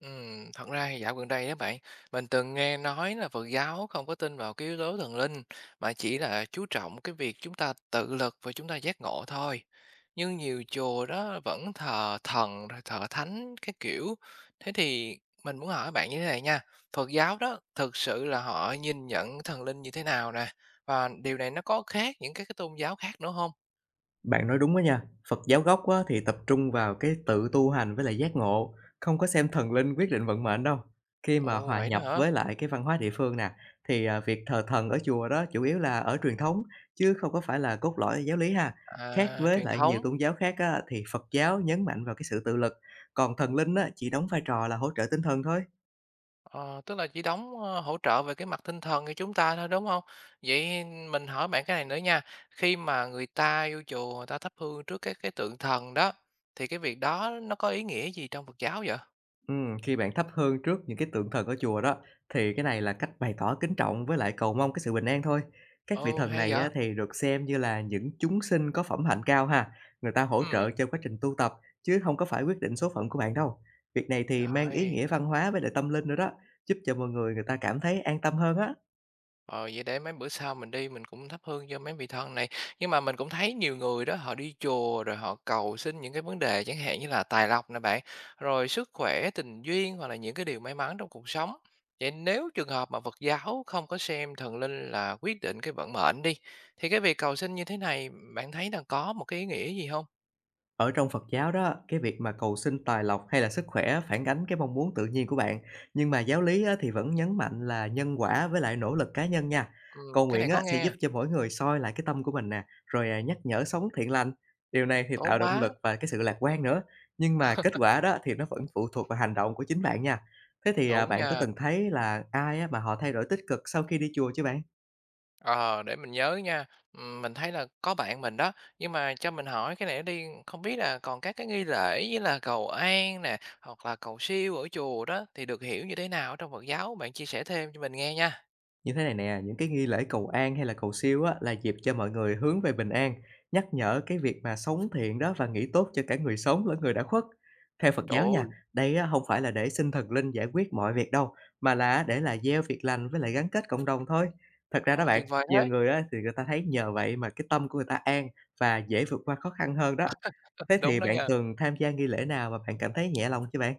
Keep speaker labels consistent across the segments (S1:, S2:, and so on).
S1: Thật ra thì dạo gần đây á bạn, mình từng nghe nói là Phật giáo không có tin vào cái yếu tố thần linh mà chỉ là chú trọng cái việc chúng ta tự lực và chúng ta giác ngộ thôi. Nhưng nhiều chùa đó vẫn thờ thần rồi thờ thánh cái kiểu. Thế thì mình muốn hỏi bạn như thế này nha. Phật giáo đó thực sự là họ nhìn nhận thần linh như thế nào nè? Và điều này nó có khác những cái tôn giáo khác nữa không?
S2: Bạn nói đúng đó nha. Phật giáo gốc á, thì tập trung vào cái tự tu hành với lại giác ngộ, không có xem thần linh quyết định vận mệnh đâu. Khi mà
S1: Ồ
S2: hòa
S1: vậy đó
S2: nhập
S1: hả?
S2: với lại cái văn hóa địa phương nè, thì việc thờ thần ở chùa đó chủ yếu là ở truyền thống chứ không có phải là cốt lõi giáo lý ha. Khác
S1: À
S2: với
S1: truyền
S2: lại
S1: thống.
S2: nhiều tôn giáo khác á, thì Phật giáo nhấn mạnh vào cái sự tự lực, còn thần linh á, chỉ đóng vai trò là hỗ trợ tinh thần thôi.
S1: Ờ, tức là chỉ đóng, hỗ trợ về cái mặt tinh thần cho chúng ta thôi, đúng không? Vậy mình hỏi bạn cái này nữa nha, khi mà người ta vô chùa người ta thắp hương trước cái tượng thần đó, thì cái việc đó nó có ý nghĩa gì trong Phật giáo vậy?
S2: Khi bạn thắp hương trước những cái tượng thần ở chùa đó, thì cái này là cách bày tỏ kính trọng với lại cầu mong cái sự bình an thôi. Các vị
S1: Ồ,
S2: thần
S1: hay
S2: này
S1: vậy!
S2: á, thì được xem như là những chúng sinh có phẩm hạnh cao ha, người ta hỗ
S1: Ừm,
S2: trợ cho quá trình tu tập chứ không có phải quyết định số phận của bạn đâu. Việc này thì mang ý
S1: rồi.
S2: nghĩa văn hóa với lại tâm linh nữa đó, giúp cho mọi người người ta cảm thấy an tâm hơn á.
S1: Ờ, vậy để mấy bữa sau mình đi mình cũng thắp hương cho mấy vị thần này. Nhưng mà mình cũng thấy nhiều người đó họ đi chùa rồi họ cầu xin những cái vấn đề chẳng hạn như là tài lộc nè bạn, rồi sức khỏe, tình duyên hoặc là những cái điều may mắn trong cuộc sống. Vậy nếu trường hợp mà Phật giáo không có xem thần linh là quyết định cái vận mệnh đi, thì cái việc cầu xin như thế này bạn thấy là có một cái ý nghĩa gì không?
S2: Ở trong Phật giáo đó, cái việc mà cầu xin tài lộc hay là sức khỏe phản ánh cái mong muốn tự nhiên của bạn, nhưng mà giáo lý á, thì vẫn nhấn mạnh là nhân quả với lại nỗ lực cá nhân nha.
S1: Ừ,
S2: Cầu
S1: cái
S2: nguyện
S1: này
S2: á,
S1: có
S2: sẽ giúp
S1: nghe,
S2: cho mỗi người soi lại cái tâm của mình nè, rồi nhắc nhở sống thiện lành. Điều này thì tạo
S1: tốn
S2: động
S1: quá,
S2: lực và cái sự lạc quan nữa. Nhưng mà kết quả đó thì nó vẫn phụ thuộc vào hành động của chính bạn nha. Thế thì
S1: đúng
S2: bạn có
S1: nha.
S2: từng thấy là ai á, mà họ thay đổi tích cực sau khi đi chùa chứ bạn?
S1: Ờ, để mình nhớ nha. Mình thấy là có bạn mình đó, nhưng mà cho mình hỏi cái này đi, không biết là còn các cái nghi lễ như là cầu an nè, hoặc là cầu siêu ở chùa đó thì được hiểu như thế nào trong Phật giáo? Bạn chia sẻ thêm cho mình nghe nha.
S2: Như thế này nè, những cái nghi lễ cầu an hay là cầu siêu á, là dịp cho mọi người hướng về bình an, nhắc nhở cái việc mà sống thiện đó và nghĩ tốt cho cả người sống lẫn người đã khuất. Theo Phật
S1: Trời
S2: giáo nha,
S1: ơi,
S2: đây á, không phải là để xin thần linh giải quyết mọi việc đâu, mà là để gieo việc lành với lại gắn kết cộng đồng thôi. Thật ra đó
S1: ồ,
S2: bạn,
S1: tuyệt vời
S2: nhiều
S1: thế.
S2: người á, thì người ta thấy nhờ vậy mà cái tâm của người ta an và dễ vượt qua khó khăn hơn đó. Thế
S1: Đúng
S2: thì
S1: đó
S2: bạn
S1: nha.
S2: từng tham gia nghi lễ nào mà bạn cảm thấy nhẹ lòng chưa bạn?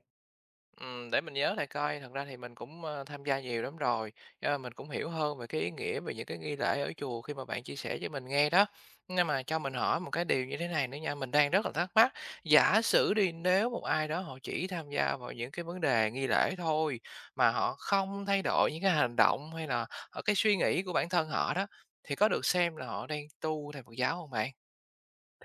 S1: Để mình nhớ lại coi, thật ra thì mình cũng, tham gia nhiều lắm rồi, mình cũng hiểu hơn về cái ý nghĩa về những cái nghi lễ ở chùa khi mà bạn chia sẻ cho mình nghe đó. Nhưng mà cho mình hỏi một cái điều như thế này nữa nha, mình đang rất là thắc mắc, giả sử đi, nếu một ai đó họ chỉ tham gia vào những cái vấn đề nghi lễ thôi, mà họ không thay đổi những cái hành động hay là, cái suy nghĩ của bản thân họ đó, thì có được xem là họ đang tu theo Phật giáo không bạn?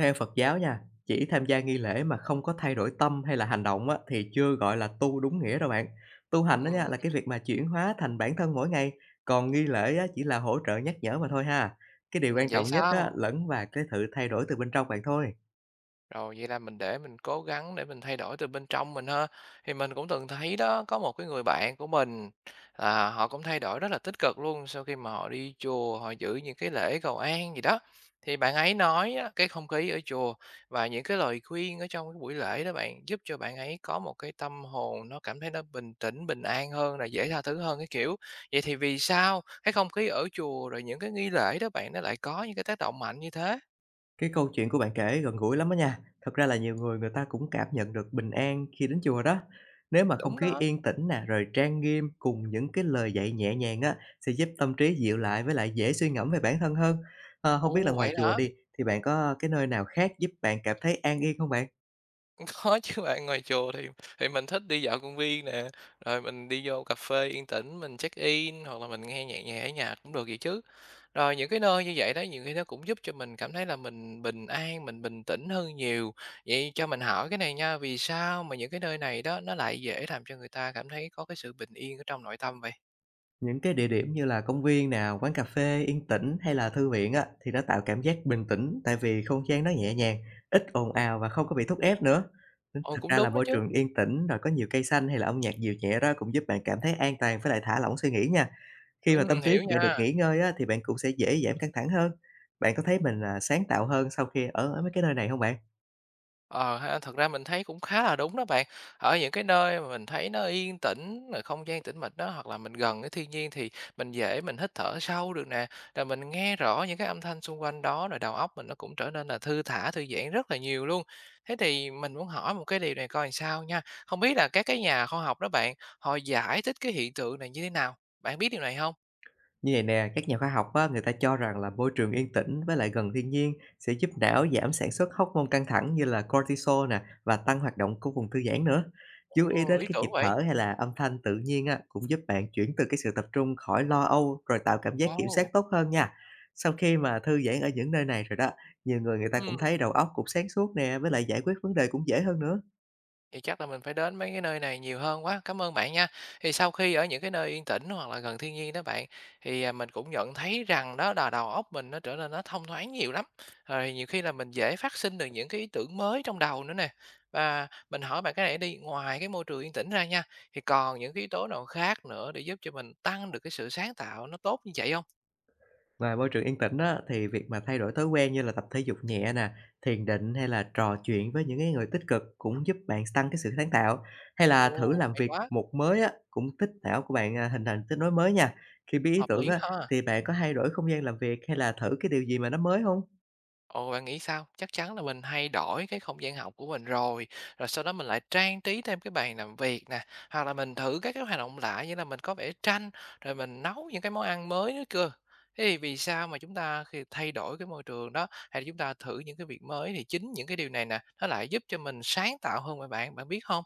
S2: Theo Phật giáo nha, chỉ tham gia nghi lễ mà không có thay đổi tâm hay là hành động á, thì chưa gọi là tu đúng nghĩa đâu bạn. Tu hành đó nha
S1: Ừm,
S2: là cái việc mà chuyển hóa thành bản thân mỗi ngày, còn nghi lễ á, chỉ là hỗ trợ nhắc nhở mà thôi ha. Cái điều quan
S1: vậy
S2: trọng nhất á,
S1: sao?
S2: lẫn và cái sự thay đổi từ bên trong bạn thôi.
S1: Rồi vậy là mình để mình cố gắng để mình thay đổi từ bên trong mình ha. Thì mình cũng từng thấy đó, có một cái người bạn của mình, họ cũng thay đổi rất là tích cực luôn sau khi mà họ đi chùa, họ giữ những cái lễ cầu an gì đó. Thì bạn ấy nói á, cái không khí ở chùa và những cái lời khuyên ở trong cái buổi lễ đó bạn giúp cho bạn ấy có một cái tâm hồn nó cảm thấy nó bình tĩnh, bình an hơn, là dễ tha thứ hơn cái kiểu. Vậy thì vì sao cái không khí ở chùa rồi những cái nghi lễ đó bạn nó lại có những cái tác động mạnh như thế?
S2: Cái câu chuyện của bạn kể gần gũi lắm á nha. Thật ra là nhiều người người ta cũng cảm nhận được bình an khi đến chùa đó. Nếu mà không
S1: Đúng
S2: khí
S1: đó.
S2: yên tĩnh nè, rồi trang nghiêm cùng những cái lời dạy nhẹ nhàng á, sẽ giúp tâm trí dịu lại với lại dễ suy ngẫm về bản thân hơn. Hông biết là
S1: Ồ,
S2: ngoài
S1: vậy
S2: chùa
S1: hả?
S2: đi, thì bạn có cái nơi nào khác giúp bạn cảm thấy an yên không bạn?
S1: Có chứ bạn, ngoài chùa thì mình thích đi dạo công viên nè, rồi mình đi vô cà phê yên tĩnh, mình check-in hoặc là mình nghe nhạc nhẹ ở nhà cũng được vậy chứ. Rồi những cái nơi như vậy đó, nhiều khi nó cũng giúp cho mình cảm thấy là mình bình an, mình bình tĩnh hơn nhiều. Vậy cho mình hỏi cái này nha, vì sao mà những cái nơi này đó nó lại dễ làm cho người ta cảm thấy có cái sự bình yên ở trong nội tâm vậy?
S2: Những cái địa điểm như là công viên nào, quán cà phê yên tĩnh hay là thư viện á, thì nó tạo cảm giác bình tĩnh tại vì không gian nó nhẹ nhàng, ít ồn ào và không có bị thúc ép nữa. Nên
S1: Ồ,
S2: thật
S1: cũng
S2: ra là
S1: đúng đó
S2: môi
S1: chứ.
S2: trường yên tĩnh rồi có nhiều cây xanh hay là âm nhạc dịu nhẹ đó cũng giúp bạn cảm thấy an toàn với lại thả lỏng suy nghĩ nha. Khi mà tâm trí
S1: Hiểu
S2: của bạn được
S1: nha.
S2: nghỉ ngơi á, thì bạn cũng sẽ dễ giảm căng thẳng hơn. Bạn có thấy mình sáng tạo hơn sau khi ở mấy cái nơi này không bạn?
S1: Ờ ha, thật ra mình thấy cũng khá là đúng đó bạn. Ở những cái nơi mà mình thấy nó yên tĩnh, rồi không gian tĩnh mịch đó, hoặc là mình gần cái thiên nhiên thì mình dễ mình hít thở sâu được nè, rồi mình nghe rõ những cái âm thanh xung quanh đó, rồi đầu óc mình nó cũng trở nên là thư thả, thư giãn rất là nhiều luôn. Thế thì mình muốn hỏi một cái điều này coi làm sao nha. Không biết là các cái nhà khoa học đó bạn, họ giải thích cái hiện tượng này như thế nào? Bạn biết điều này không?
S2: Như vậy nè, các nhà khoa học á, người ta cho rằng là môi trường yên tĩnh với lại gần thiên nhiên sẽ giúp não giảm sản xuất hormone căng thẳng như là cortisol nè và tăng hoạt động của vùng thư giãn nữa. Chú ý
S1: Ồ,
S2: đến
S1: lý
S2: cái
S1: tưởng
S2: nhịp
S1: vậy.
S2: thở hay là âm thanh tự nhiên á, cũng giúp bạn chuyển từ cái sự tập trung khỏi lo âu rồi tạo cảm giác kiểm soát
S1: Wow.
S2: tốt hơn nha. Sau khi mà thư giãn ở những nơi này rồi đó, nhiều người người ta cũng thấy đầu óc cũng sáng suốt nè với lại giải quyết vấn đề cũng dễ hơn nữa.
S1: Thì chắc là mình phải đến mấy cái nơi này nhiều hơn quá. Cảm ơn bạn nha. Thì sau khi ở những cái nơi yên tĩnh hoặc là gần thiên nhiên đó bạn, thì, mình cũng nhận thấy rằng đó là đầu óc mình nó trở nên nó thông thoáng nhiều lắm. Rồi nhiều khi là mình dễ phát sinh được những cái ý tưởng mới trong đầu nữa nè. Và mình hỏi bạn cái này đi, ngoài cái môi trường yên tĩnh ra nha, thì còn những cái yếu tố nào khác nữa để giúp cho mình tăng được cái sự sáng tạo nó tốt như vậy không?
S2: Ngoài môi trường yên tĩnh á, thì việc mà thay đổi thói quen như là tập thể dục nhẹ nè, thiền định hay là trò chuyện với những cái người tích cực cũng giúp bạn tăng cái sự sáng tạo. Hay là thử
S1: Ồ,
S2: làm
S1: hay
S2: việc
S1: quá,
S2: một mới á, cũng tích não của bạn hình thành kết nối mới nha. Khi biết ý
S1: hợp
S2: tưởng
S1: lý
S2: á,
S1: ha.
S2: thì bạn có thay đổi không gian làm việc hay là thử cái điều gì mà nó mới không?
S1: Ồ, bạn nghĩ sao? Chắc chắn là mình thay đổi cái không gian học của mình rồi, rồi sau đó mình lại trang trí thêm cái bàn làm việc nè, hoặc là mình thử các cái hoạt động lạ như là mình có vẽ tranh, rồi mình nấu những cái món ăn mới nữa cơ. Thế thì vì sao mà chúng ta khi thay đổi cái môi trường đó, hay là chúng ta thử những cái việc mới thì chính những cái điều này nè, nó lại giúp cho mình sáng tạo hơn mà bạn, bạn biết không?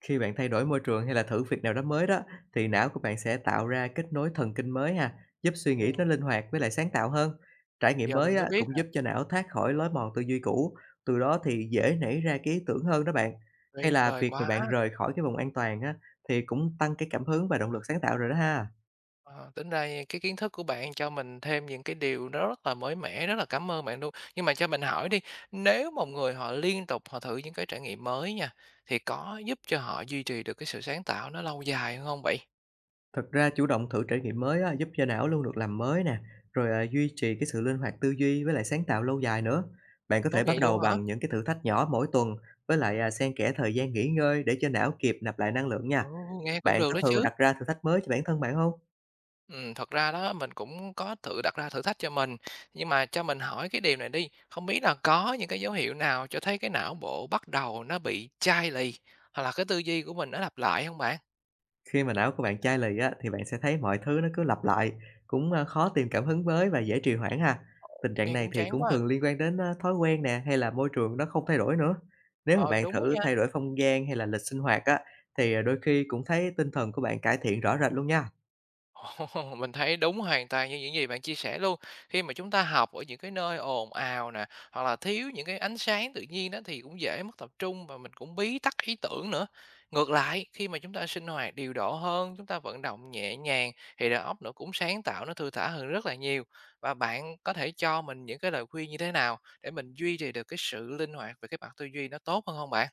S2: Khi bạn thay đổi môi trường hay là thử việc nào đó mới đó, thì não của bạn sẽ tạo ra kết nối thần kinh mới ha, giúp suy nghĩ nó
S1: Ừm,
S2: linh hoạt với lại sáng tạo hơn. Trải nghiệm
S1: Giờ
S2: mới
S1: mình mới
S2: á,
S1: biết
S2: cũng
S1: á,
S2: giúp cho não thoát khỏi lối mòn tư duy cũ, từ đó thì dễ nảy ra cái ý tưởng hơn đó bạn. Hay
S1: tuyệt
S2: là
S1: vời
S2: việc mà
S1: quá!
S2: bạn rời khỏi cái vùng an toàn á, thì cũng tăng cái cảm hứng và động lực sáng tạo rồi đó ha.
S1: Ờ, tính ra cái kiến thức của bạn cho mình thêm những cái điều nó rất là mới mẻ, rất là cảm ơn bạn luôn. Nhưng mà cho mình hỏi đi, nếu một người họ liên tục họ thử những cái trải nghiệm mới nha, thì có giúp cho họ duy trì được cái sự sáng tạo nó lâu dài hơn không vậy?
S2: Thật ra chủ động thử trải nghiệm mới á, giúp cho não luôn được làm mới nè, rồi, duy trì cái sự linh hoạt tư duy với lại sáng tạo lâu dài nữa. Bạn có
S1: Tốt
S2: thể bắt
S1: vậy luôn
S2: đầu
S1: hả?
S2: bằng những cái thử thách nhỏ mỗi tuần, với lại, xen kẽ thời gian nghỉ ngơi để cho não kịp nạp lại năng lượng nha.
S1: Ừ, nghe cũng
S2: Bạn
S1: được
S2: có
S1: đó
S2: thường
S1: chứ.
S2: đặt ra thử thách mới cho bản thân bạn không?
S1: Ừ, thật ra đó mình cũng có tự đặt ra thử thách cho mình, nhưng mà cho mình hỏi cái điều này đi, không biết là có những cái dấu hiệu nào cho thấy cái não bộ bắt đầu nó bị chai lì hoặc là cái tư duy của mình nó lặp lại không bạn?
S2: Khi mà não của bạn chai lì á, thì bạn sẽ thấy mọi thứ nó cứ lặp lại, cũng, khó tìm cảm hứng mới và dễ trì hoãn ha. Tình trạng
S1: Nghe
S2: này
S1: cũng
S2: thì
S1: chán
S2: cũng
S1: quá.
S2: thường liên quan đến, thói quen nè, hay là môi trường nó không thay đổi nữa. Nếu mà
S1: Ờ
S2: bạn
S1: đúng đó
S2: thử
S1: nha.
S2: thay đổi không gian hay là lịch sinh hoạt á, thì, đôi khi cũng thấy tinh thần của bạn cải thiện rõ rệt luôn nha.
S1: Ồ, mình thấy đúng hoàn toàn như những gì bạn chia sẻ luôn. Khi mà chúng ta học ở những cái nơi ồn ào nè, hoặc là thiếu những cái ánh sáng tự nhiên đó thì cũng dễ mất tập trung và mình cũng bí tắc ý tưởng nữa. Ngược lại, khi mà chúng ta sinh hoạt điều độ hơn, chúng ta vận động nhẹ nhàng thì đầu óc nó cũng sáng tạo, nó thư thả hơn rất là nhiều. Và bạn có thể cho mình những cái lời khuyên như thế nào để mình duy trì được cái sự linh hoạt về cái mặt tư duy nó tốt hơn không bạn?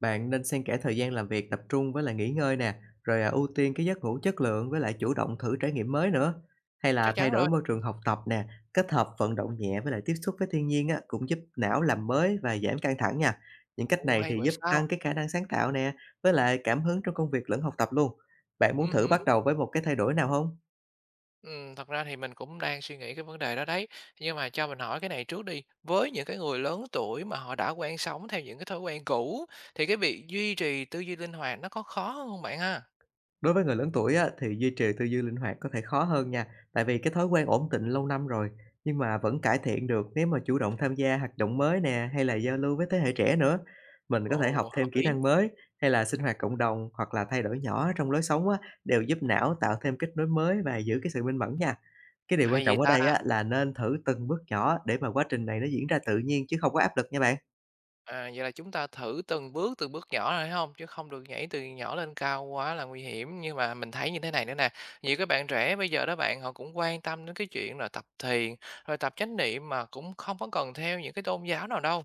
S2: Bạn nên xen kẽ thời gian làm việc tập trung với lại nghỉ ngơi nè, rồi, ưu tiên cái giấc ngủ chất lượng với lại chủ động thử trải nghiệm mới nữa. Hay là
S1: Chắc
S2: thay
S1: chắn
S2: đổi
S1: rồi.
S2: môi trường học tập nè, kết hợp vận động nhẹ với lại tiếp xúc với thiên nhiên á, cũng giúp não làm mới và giảm căng thẳng nha. Những cách
S1: Ồ,
S2: này thì
S1: hay vậy
S2: giúp
S1: sao?
S2: tăng cái khả năng sáng tạo nè, với lại cảm hứng trong công việc lẫn học tập luôn. Bạn muốn
S1: ừ
S2: thử bắt
S1: hứ.
S2: đầu với một cái thay đổi nào không?
S1: Thật ra thì mình cũng đang suy nghĩ cái vấn đề đó đấy. Nhưng mà cho mình hỏi cái này trước đi, với những cái người lớn tuổi mà họ đã quen sống theo những cái thói quen cũ thì cái việc duy trì tư duy linh hoạt nó có khó hơn hông bạn ha?
S2: Đối với người lớn tuổi á, thì duy trì tư duy linh hoạt có thể khó hơn nha, tại vì cái thói quen ổn định lâu năm rồi, nhưng mà vẫn cải thiện được nếu mà chủ động tham gia hoạt động mới nè, hay là giao lưu với thế hệ trẻ nữa. Mình có thể học
S1: Ồ,
S2: thêm
S1: hợp
S2: kỹ
S1: lý,
S2: năng mới, hay là sinh hoạt cộng đồng, hoặc là thay đổi nhỏ trong lối sống á, đều giúp não tạo thêm kết nối mới và giữ cái sự minh mẫn nha. Cái điều quan
S1: hay vậy
S2: trọng ở đây
S1: ta!
S2: á, là nên thử từng bước nhỏ để mà quá trình này nó diễn ra tự nhiên chứ không có áp lực nha bạn.
S1: À, vậy là chúng ta thử từng bước nhỏ rồi, phải hông? Chứ không được nhảy từ nhỏ lên cao quá là nguy hiểm. Nhưng mà mình thấy như thế này nữa nè, nhiều các bạn trẻ bây giờ đó bạn, họ cũng quan tâm đến cái chuyện là tập thiền, rồi tập chánh niệm mà cũng không có cần theo những cái tôn giáo nào đâu.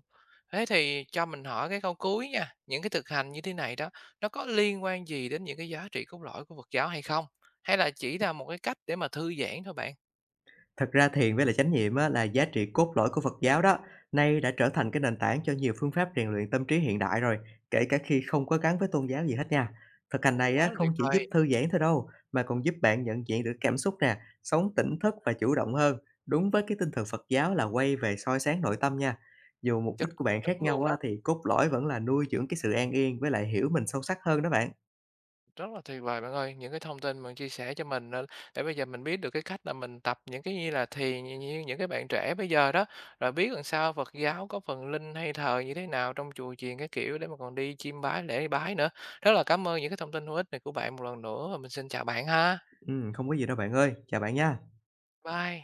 S1: Thế thì cho mình hỏi cái câu cuối nha, những cái thực hành như thế này đó, nó có liên quan gì đến những cái giá trị cốt lõi của Phật giáo hay không? Hay là chỉ là một cái cách để mà thư giãn thôi bạn?
S2: Thật ra thiền với lại chánh niệm á, là giá trị cốt lõi của Phật giáo đó, nay đã trở thành cái nền tảng cho nhiều phương pháp rèn luyện tâm trí hiện đại rồi, kể cả khi không có gắn với tôn giáo gì hết nha. Thực hành
S1: Ồ,
S2: này
S1: quá
S2: á,
S1: là
S2: không
S1: tuyệt
S2: chỉ giúp
S1: vời!
S2: thư giãn thôi đâu, mà còn giúp bạn nhận diện được cảm xúc nè, sống tỉnh thức và chủ động hơn, đúng với cái tinh thần Phật giáo là quay về soi sáng nội tâm nha. Dù mục
S1: Chất
S2: đích của bạn khác
S1: đúng
S2: nhau
S1: luôn đó.
S2: á, thì cốt lõi vẫn là nuôi dưỡng cái sự an yên với lại hiểu mình sâu sắc hơn đó bạn.
S1: Rất là tuyệt vời bạn ơi, những cái thông tin bạn chia sẻ cho mình để bây giờ mình biết được cái cách là mình tập những cái như là thiền như như những cái bạn trẻ bây giờ đó, rồi biết làm sao Phật giáo có phần linh hay thờ như thế nào trong chùa chiền cái kiểu để mà còn đi chiêm bái lễ bái nữa. Rất là cảm ơn những cái thông tin hữu ích này của bạn một lần nữa và mình xin chào bạn ha.
S2: Không có gì đâu bạn ơi, chào bạn nha.
S1: Bye.